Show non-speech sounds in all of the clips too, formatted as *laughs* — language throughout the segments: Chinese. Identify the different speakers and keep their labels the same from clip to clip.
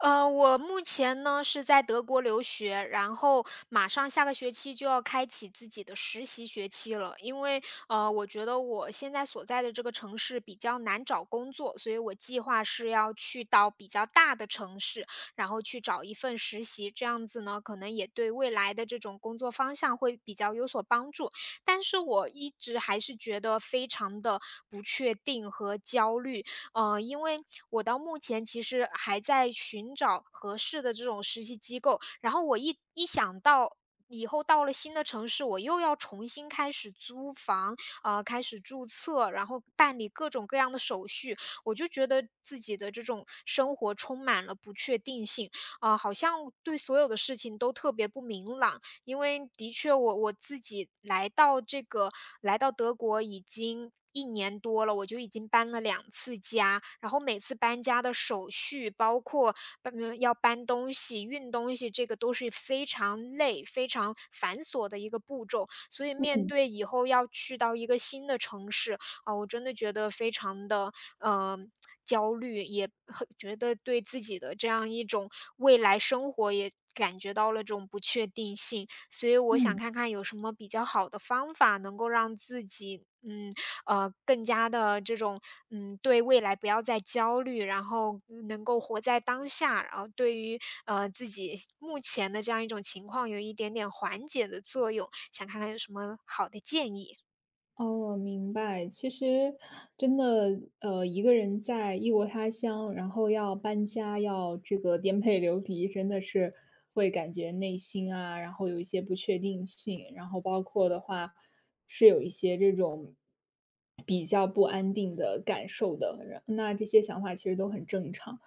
Speaker 1: 我目前呢是在德国留学，然后马上下个学期就要开启自己的实习学期了。因为我觉得我现在所在的这个城市比较难找工作，所以我计划是要去到比较大的城市，然后去找一份实习。这样子呢，可能也对未来的这种工作方向会比较有所帮助。但是我一直还是觉得非常的不确定和焦虑。因为我到目前其实还在寻找合适的这种实习机构，然后我一想到以后到了新的城市，我又要重新开始租房，开始注册，然后办理各种各样的手续，我就觉得自己的这种生活充满了不确定性，啊、好像对所有的事情都特别不明朗。因为的确我自己来到德国已经一年多了，我就已经搬了两次家，然后每次搬家的手续，包括要搬东西、运东西，这个都是非常累、非常繁琐的一个步骤。所以面
Speaker 2: 嗯
Speaker 1: 对以后要去到一个新的城市，啊，我真的觉得非常的嗯焦虑，也很觉得对自己的这样一种未来生活也感觉到了这种不确定性。所以我想
Speaker 2: 嗯，
Speaker 1: 看看有什么比较好的方法，能够让自己，嗯，更加的这种，嗯，对未来不要再焦虑，然后能够活在当下，然后对于，自己目前的这样一种情况有一点点缓解的作用，想看看有什么好的建议。
Speaker 2: 哦，明白。其实真的，一个人在异国他乡，然后要搬家，要这个颠沛流离，真的是会感觉内心啊，然后有一些不确定性，然后包括的话是有一些这种比较不安定的感受的。然那这些想法其实都很正常。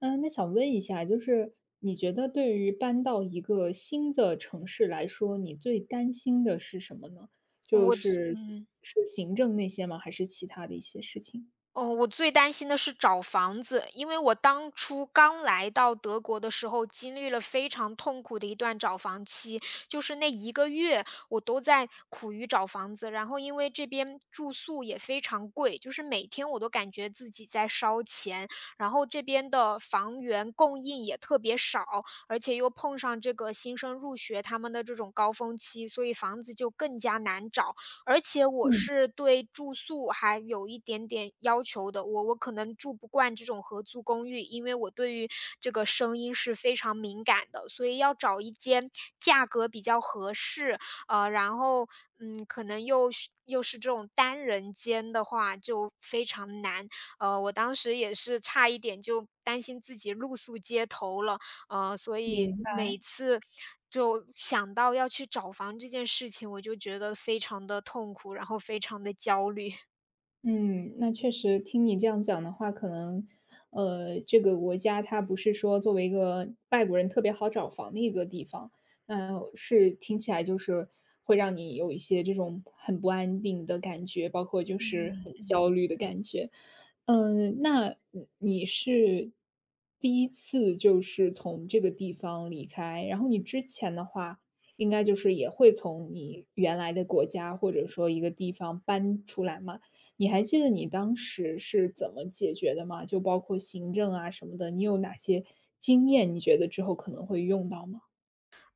Speaker 2: 嗯，那想问一下，就是你觉得对于搬到一个新的城市来说，你最担心的是什么呢？就
Speaker 1: 我
Speaker 2: 是
Speaker 1: 嗯。
Speaker 2: 是行政那些吗？还是其他的一些事情？
Speaker 1: 哦，我最担心的是找房子，因为我当初刚来到德国的时候，经历了非常痛苦的一段找房期，就是那一个月我都在苦于找房子。然后因为这边住宿也非常贵，就是每天我都感觉自己在烧钱，然后这边的房源供应也特别少，而且又碰上这个新生入学他们的这种高峰期，所以房子就更加难找。而且我
Speaker 2: 嗯。
Speaker 1: 是对住宿还有一点点要求的，我可能住不惯这种合租公寓，因为我对于这个声音是非常敏感的，所以要找一间价格比较合适，呃，然后可能又是这种单人间的话就非常难，我当时也是差一点就担心自己露宿街头了。所以
Speaker 2: 明
Speaker 1: 每次就想到要去找房这件事情，我就觉得非常的痛苦，然后非常的焦虑。
Speaker 2: 嗯，那确实听你这样讲的话，可能，这个国家它不是说作为一个外国人特别好找房的一个地方，那是听起来就是会让你有一些这种很不安定的感觉，包括就
Speaker 1: *laughs*
Speaker 2: 是很焦虑的感觉。嗯，那你是第一次就是从这个地方离开，然后你之前的话，应该就是也会从你原来的国家或者说一个地方搬出来嘛？你还记得你当时是怎么解决的吗？就包括行政啊什么的，你有哪些经验，你觉得之后可能会用到吗？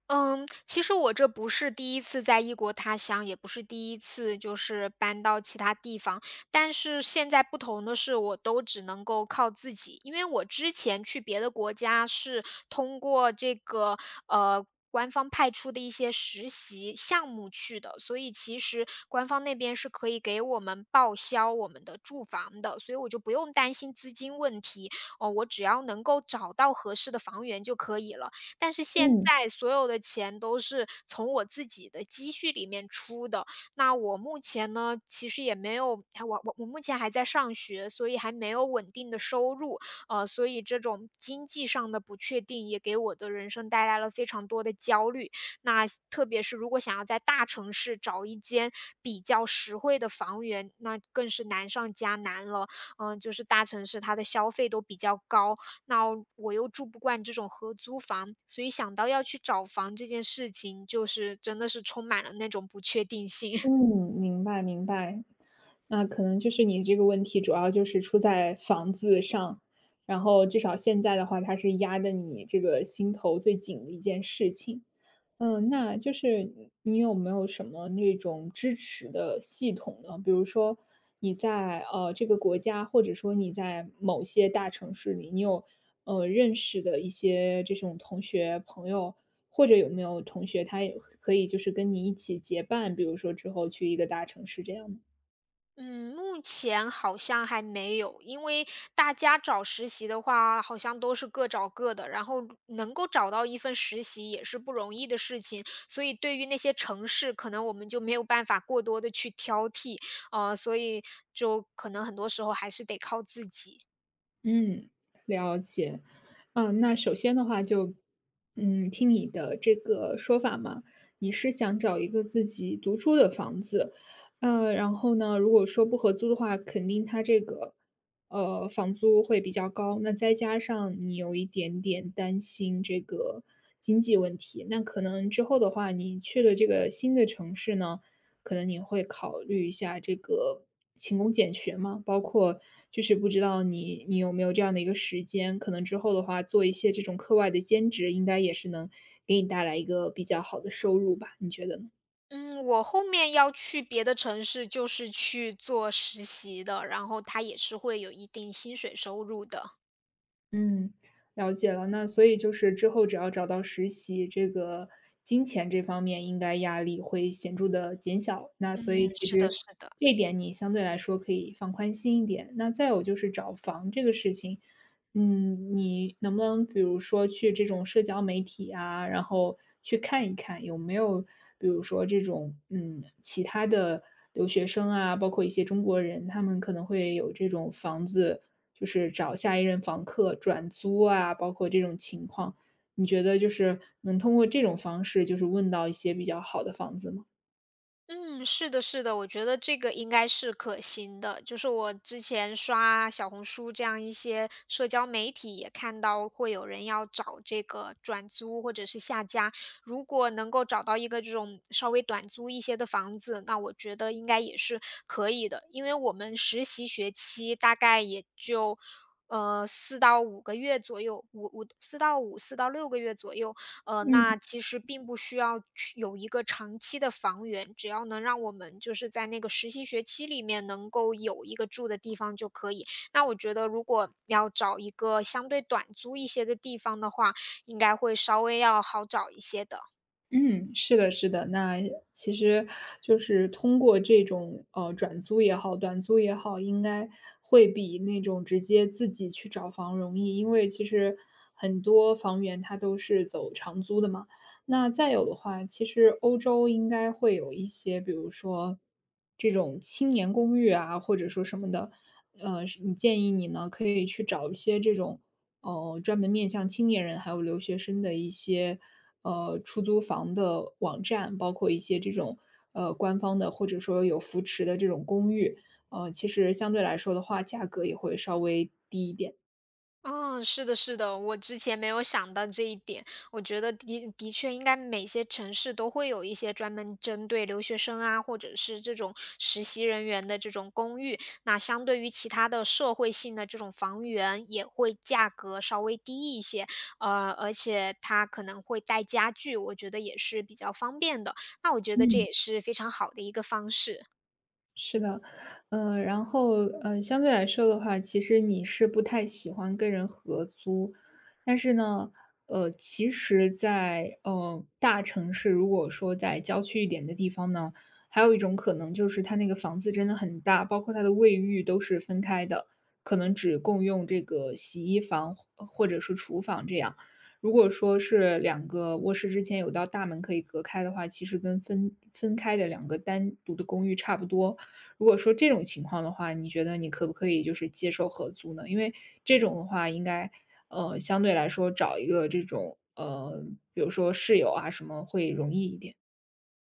Speaker 1: 嗯，其实我这不是第一次在异国他乡，也不是第一次就是搬到其他地方，但是现在不同的是，我都只能够靠自己。因为我之前去别的国家是通过这个呃官方派出的一些实习项目去的，所以其实官方那边是可以给我们报销我们的住房的，所以我就不用担心资金问题哦，我只要能够找到合适的房源就可以了。但是现
Speaker 2: 嗯。
Speaker 1: 在所有的钱都是从我自己的积蓄里面出的。那我目前呢，其实也没有，哎我目前还在上学，所以还没有稳定的收入，所以这种经济上的不确定也给我的人生带来了非常多的焦虑。那特别是如果想要在大城市找一间比较实惠的房源，那更是难上加难了。嗯、就是大城市它的消费都比较高，那我又住不惯这种合租房，所以想到要去找房这件事情，就是真的是充满了那种不确定性。*laughs*
Speaker 2: 嗯，明白明白。那可能就是你这个问题主要就是出在房子上，然后至少现在的话，它是压的你这个心头最紧的一件事情。嗯，那就是你有没有什么那种支持的系统呢？比如说你在这个国家，或者说你在某些大城市里，你有认识的一些这种同学朋友，或者有没有同学他也可以就是跟你一起结伴，比如说之后去一个大城市这样呢？
Speaker 1: 嗯，目前好像还没有，因为大家找实习的话，好像都是各找各的，然后能够找到一份实习也是不容易的事情，所以对于那些城市，可能我们就没有办法过多的去挑剔，所以就可能很多时候还是得靠自己。
Speaker 2: 嗯，了解。嗯，那首先的话就，嗯，听你的这个说法嘛，你是想找一个自己独处的房子，然后呢，如果说不合租的话，肯定它这个，房租会比较高。那再加上你有一点点担心这个经济问题，那可能之后的话，你去了这个新的城市呢，可能你会考虑一下这个勤工俭学嘛，包括就是不知道你有没有这样的一个时间，可能之后的话做一些这种课外的兼职，应该也是能给你带来一个比较好的收入吧，你觉得呢？
Speaker 1: 嗯，我后面要去别的城市，就是去做实习的，然后他也是会有一定薪水收入的。
Speaker 2: 嗯，了解了。那所以就是之后只要找到实习，这个金钱这方面应该压力会显著的减小。那
Speaker 1: 嗯，
Speaker 2: 所以其
Speaker 1: 是的
Speaker 2: 实
Speaker 1: 是的。
Speaker 2: 这一点你相对来说可以放宽心一点。那再有就是找房这个事情，嗯，你能不能比如说去这种社交媒体啊，然后去看一看有没有，比如说这种其他的留学生啊，包括一些中国人，他们可能会有这种房子。就是找下一任房客转租啊，包括这种情况，你觉得就是能通过这种方式，就是问到一些比较好的房子吗？
Speaker 1: 嗯，是的，是的，我觉得这个应该是可行的。就是我之前刷小红书这样一些社交媒体，也看到会有人要找这个转租或者是下家。如果能够找到一个这种稍微短租一些的房子，那我觉得应该也是可以的。因为我们实习学期大概也就，四到五个月左右五五四到五四到六个月左右。那其实并不需要去有一个长期的房源，只要能让我们就是在那个实习学期里面能够有一个住的地方就可以。那我觉得如果要找一个相对短租一些的地方的话，应该会稍微要好找一些的。
Speaker 2: 嗯，是的，是的。那其实就是通过这种转租也好，短租也好，应该会比那种直接自己去找房容易，因为其实很多房源它都是走长租的嘛。那再有的话，其实欧洲应该会有一些，比如说这种青年公寓啊，或者说什么的。是你建议你呢，可以去找一些这种专门面向青年人还有留学生的一些，出租房的网站，包括一些这种，官方的或者说有扶持的这种公寓，其实相对来说的话，价格也会稍微低一点。
Speaker 1: 嗯，是的，是的，我之前没有想到这一点。我觉得的确应该每些城市都会有一些专门针对留学生啊，或者是这种实习人员的这种公寓。那相对于其他的社会性的这种房源，也会价格稍微低一些，而且它可能会带家具，我觉得也是比较方便的。那我觉得这
Speaker 2: 嗯。
Speaker 1: 也是非常好的一个方式。
Speaker 2: 是的，嗯，然后，相对来说的话，其实你是不太喜欢跟人合租，但是呢，其实在，大城市，如果说在郊区一点的地方呢，还有一种可能就是它那个房子真的很大，包括它的卫浴都是分开的，可能只共用这个洗衣房或者是厨房这样。如果说是两个卧室之间有道大门可以隔开的话，其实跟分开的两个单独的公寓差不多。如果说这种情况的话，你觉得你可不可以就是接受合租呢？因为这种的话，应该相对来说找一个这种比如说室友啊什么会容易一点。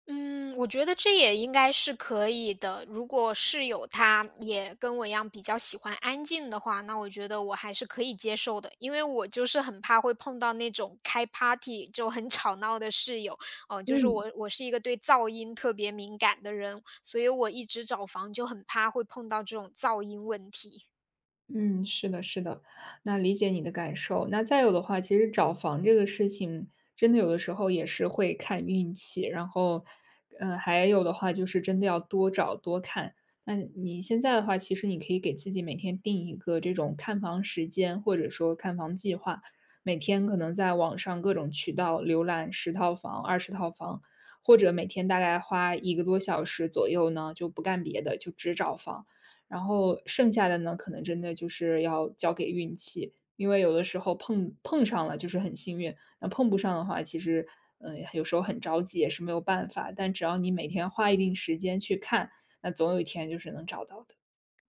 Speaker 1: 嗯，我觉得这也应该是可以的。如果室友他也跟我一样比较喜欢安静的话，那我觉得我还是可以接受的。因为我就是很怕会碰到那种开 party 就很 *laughs* 吵闹的室友，哦。就是
Speaker 2: 嗯。
Speaker 1: 我是一个对噪音特别敏感的人，所以我一直找房就很怕会碰到这种噪音问题。
Speaker 2: 嗯，是的，是的，那理解你的感受。那再有的话，其实找房这个事情，真的有的时候也是会看运气，然后，还有的话就是真的要多找多看。那你现在的话，其实你可以给自己每天定一个这种看房时间，或者说看房计划，每天可能在网上各种渠道浏览十套房、20套房，或者每天大概花一个多小时左右呢，就不干别的，就只找房。然后剩下的呢，可能真的就是要交给运气，因为有的时候碰上了就是很幸运，那碰不上的话，其实，嗯，有时候很着急也是没有办法，但只要你每天花一定时间去看，那总有一天就是能找到的。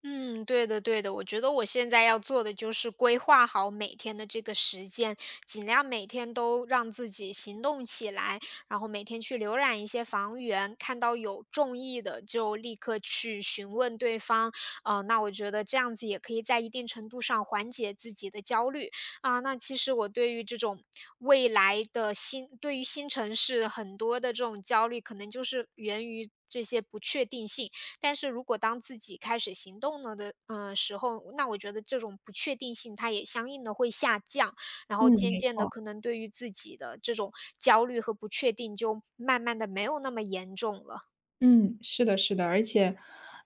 Speaker 1: 嗯，对的对的，我觉得我现在要做的就是规划好每天的这个时间，尽量每天都让自己行动起来，然后每天去浏览一些房源，看到有中意的就立刻去询问对方。那我觉得这样子也可以在一定程度上缓解自己的焦虑啊。那其实我对于这种未来的新，对于新城市很多的这种焦虑，可能就是源于这些不确定性。但是如果当自己开始行动了的，嗯，时候，那我觉得这种不确定性它也相应的会下降，然
Speaker 2: 嗯，
Speaker 1: 后渐
Speaker 2: 没
Speaker 1: 渐的
Speaker 2: 错。
Speaker 1: 可能对于自己的这种焦虑和不确定就慢慢的没有那么严重了。
Speaker 2: 嗯，是的，是的，而且，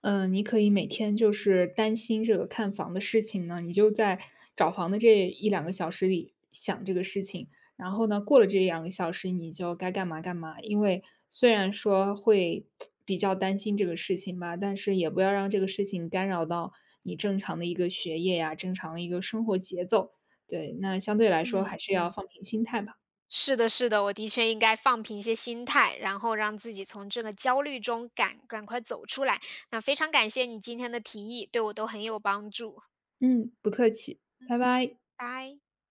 Speaker 2: 嗯，你可以每天就是担心这个看房的事情呢，你就在找房的这一两个小时里想这个事情，然后呢，过了这一两个小时你就该干嘛干嘛。因为虽然说会比较担心这个事情吧，但是也不要让这个事情干扰到你正常的一个学业呀，正常的一个生活节奏。对，那相对来说还
Speaker 1: 嗯，
Speaker 2: 是要放平心态吧。
Speaker 1: 是的是的，我的确应该放平一些心态，然后让自己从这个焦虑中赶快走出来。那非常感谢你今天的提议，对我都很有帮助。
Speaker 2: 嗯，不客气，拜
Speaker 1: 嗯。
Speaker 2: 拜。
Speaker 1: 拜。